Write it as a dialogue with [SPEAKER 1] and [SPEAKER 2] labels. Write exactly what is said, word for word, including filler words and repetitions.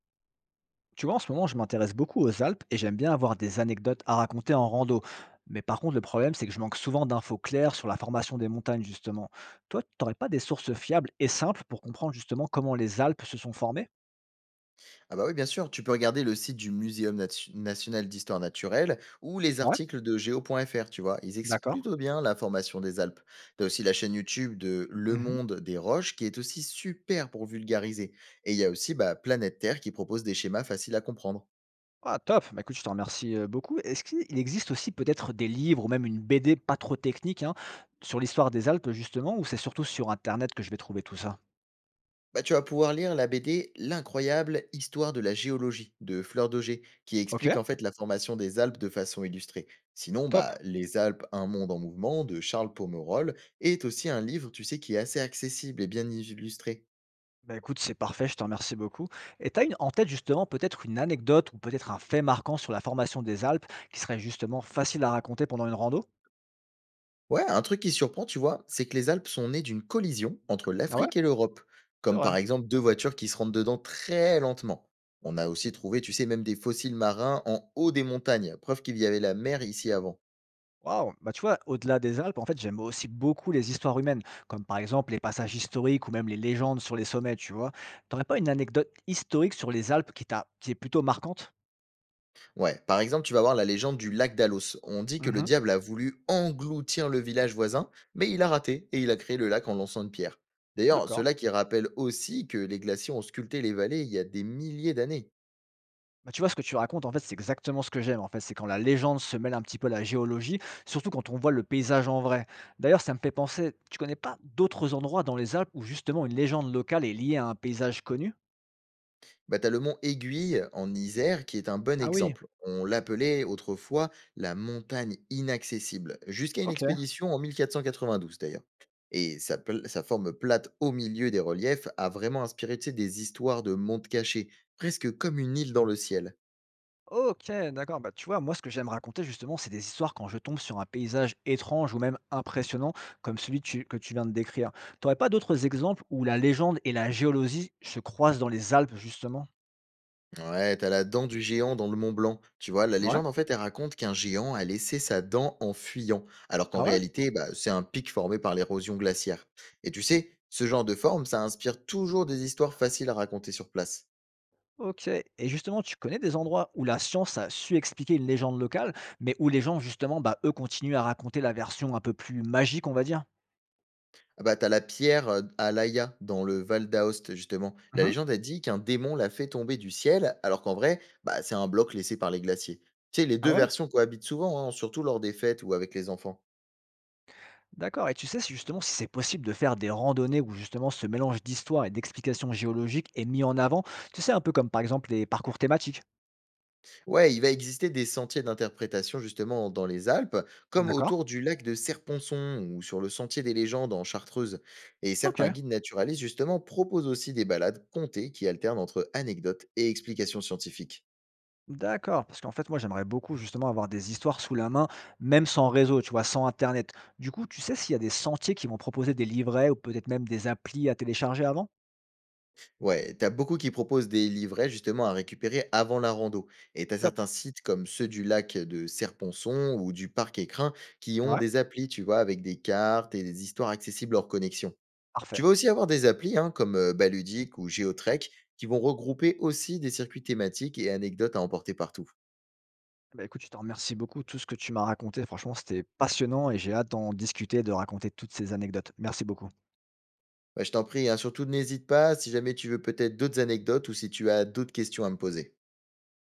[SPEAKER 1] Tu vois, en ce moment, je m'intéresse beaucoup aux Alpes et j'aime bien avoir des anecdotes à raconter en rando. Mais par contre, le problème, c'est que je manque souvent d'infos claires sur la formation des montagnes, justement. Toi, tu n'aurais pas des sources fiables et simples pour comprendre justement comment les Alpes se sont formées?
[SPEAKER 2] Ah bah oui, bien sûr, tu peux regarder le site du Muséum natu- national d'histoire naturelle ou les
[SPEAKER 1] Ouais,
[SPEAKER 2] articles de géo.fr, tu vois. Ils expliquent
[SPEAKER 1] d'accord.
[SPEAKER 2] plutôt bien la formation des Alpes. T'as aussi la chaîne YouTube de Le
[SPEAKER 1] Mhm.
[SPEAKER 2] Monde des Roches qui est aussi super pour vulgariser. Et il y a aussi bah, Planète Terre qui propose des schémas faciles à comprendre.
[SPEAKER 1] Ah, top. Bah, écoute, je te remercie euh, beaucoup. Est-ce qu'il existe aussi peut-être des livres ou même une B D pas trop technique hein, sur l'histoire des Alpes, justement, ou c'est surtout sur Internet que je vais trouver tout ça?
[SPEAKER 2] Bah, tu vas pouvoir lire la B D L'incroyable histoire de la géologie de Fleur d'Auger, qui
[SPEAKER 1] Ok,
[SPEAKER 2] explique en fait la formation des Alpes de façon illustrée. Sinon,
[SPEAKER 1] top.
[SPEAKER 2] bah, Les Alpes, un monde en mouvement de Charles Pomerol est aussi un livre, tu sais, qui est assez accessible et bien illustré.
[SPEAKER 1] Bah, écoute, c'est parfait, je te remercie beaucoup. Et tu as une, en tête justement peut-être une anecdote ou peut-être un fait marquant sur la formation des Alpes qui serait justement facile à raconter pendant une rando?
[SPEAKER 2] Ouais, un truc qui surprend, tu vois, c'est que les Alpes sont nées d'une collision entre
[SPEAKER 1] Ah ouais?
[SPEAKER 2] l'Afrique et l'Europe,
[SPEAKER 1] C'est
[SPEAKER 2] comme par
[SPEAKER 1] vrai.
[SPEAKER 2] exemple deux voitures qui se rentrent dedans très lentement. On a aussi trouvé, tu sais, même des fossiles marins en haut des montagnes, preuve qu'il y avait la mer ici avant.
[SPEAKER 1] Waouh! Bah tu vois, au-delà des Alpes, en fait, j'aime aussi beaucoup les histoires humaines, comme par exemple les passages historiques ou même les légendes sur les sommets, tu vois. T'aurais pas une anecdote historique sur les Alpes qui t'a, qui est plutôt marquante?
[SPEAKER 2] Ouais, par exemple, tu vas voir la légende du lac d'Alos. On dit que le
[SPEAKER 1] Mhm.
[SPEAKER 2] diable a voulu engloutir le village voisin, mais il a raté et il a créé le lac en lançant une pierre. D'ailleurs, ce
[SPEAKER 1] D'accord.
[SPEAKER 2] lac, il rappelle aussi que les glaciers ont sculpté les vallées il y a des milliers d'années.
[SPEAKER 1] Bah, tu vois, ce que tu racontes, en fait, c'est exactement ce que j'aime. En fait, c'est quand la légende se mêle un petit peu à la géologie, surtout quand on voit le paysage en vrai. D'ailleurs, ça me fait penser, tu connais pas d'autres endroits dans les Alpes où justement une légende locale est liée à un paysage connu?
[SPEAKER 2] Bah, t'as le mont Aiguille en Isère qui est un bon
[SPEAKER 1] Ah oui,
[SPEAKER 2] exemple. On l'appelait autrefois la montagne inaccessible, jusqu'à une
[SPEAKER 1] ok.
[SPEAKER 2] expédition en mille quatre cent quatre-vingt-douze d'ailleurs. Et sa, pla- sa forme plate au milieu des reliefs a vraiment inspiré tu sais, des histoires de montes cachés, presque comme une île dans le ciel.
[SPEAKER 1] Ok, d'accord. Bah, tu vois, moi, ce que j'aime raconter, justement, c'est des histoires quand je tombe sur un paysage étrange ou même impressionnant, comme celui tu- que tu viens de décrire. T'aurais pas d'autres exemples où la légende et la géologie se croisent dans les Alpes, justement?
[SPEAKER 2] Ouais, t'as la dent du géant dans le Mont Blanc. Tu vois, la
[SPEAKER 1] Ouais.
[SPEAKER 2] légende, en fait, elle raconte qu'un géant a laissé sa dent en fuyant, alors qu'en
[SPEAKER 1] Ah ouais?
[SPEAKER 2] réalité, bah, c'est un pic formé par l'érosion glaciaire. Et tu sais, ce genre de forme, ça inspire toujours des histoires faciles à raconter sur place.
[SPEAKER 1] OK et justement, tu connais des endroits où la science a su expliquer une légende locale, mais où les gens justement, bah, eux, continuent à raconter la version un peu plus magique, on va dire?
[SPEAKER 2] Ah bah, t'as la pierre euh, à Laia, dans le Val d'Aoste, justement. La
[SPEAKER 1] Mmh.
[SPEAKER 2] légende a dit qu'un démon l'a fait tomber du ciel, alors qu'en vrai, bah, c'est un bloc laissé par les glaciers. Tu sais, les
[SPEAKER 1] Ah
[SPEAKER 2] deux
[SPEAKER 1] ouais?
[SPEAKER 2] versions cohabitent souvent, hein, surtout lors des fêtes ou avec les enfants.
[SPEAKER 1] D'accord et tu sais si justement, si c'est possible de faire des randonnées où justement ce mélange d'histoire et d'explications géologiques est mis en avant? Tu sais, un peu comme par exemple les parcours thématiques?
[SPEAKER 2] Ouais, il va exister des sentiers d'interprétation justement dans les Alpes, comme
[SPEAKER 1] D'accord.
[SPEAKER 2] autour du lac de Serponçon ou sur le sentier des légendes en Chartreuse. Et certains
[SPEAKER 1] OK.
[SPEAKER 2] guides naturalistes justement proposent aussi des balades contées qui alternent entre anecdotes et explications scientifiques.
[SPEAKER 1] D'accord, parce qu'en fait, moi, j'aimerais beaucoup justement avoir des histoires sous la main, même sans réseau, tu vois, sans internet. Du coup, tu sais s'il y a des sentiers qui vont proposer des livrets ou peut-être même des applis à télécharger avant?
[SPEAKER 2] Ouais, t'as beaucoup qui proposent des livrets justement à récupérer avant la rando. Et t'as certains
[SPEAKER 1] Top.
[SPEAKER 2] sites comme ceux du lac de Serponçon ou du parc Écrin qui ont
[SPEAKER 1] Ouais,
[SPEAKER 2] des applis, tu vois, avec des cartes et des histoires accessibles hors connexion. Tu
[SPEAKER 1] parfait.
[SPEAKER 2] vas aussi avoir des applis hein, comme euh, Baludic ou Geotrek qui vont regrouper aussi des circuits thématiques et anecdotes à emporter partout.
[SPEAKER 1] Bah, écoute, je te remercie beaucoup. Tout ce que tu m'as raconté, franchement, c'était passionnant et j'ai hâte d'en discuter, de raconter toutes ces anecdotes. Merci beaucoup.
[SPEAKER 2] Bah, je t'en prie, hein, surtout n'hésite pas si jamais tu veux peut-être d'autres anecdotes ou si tu as d'autres questions à me poser.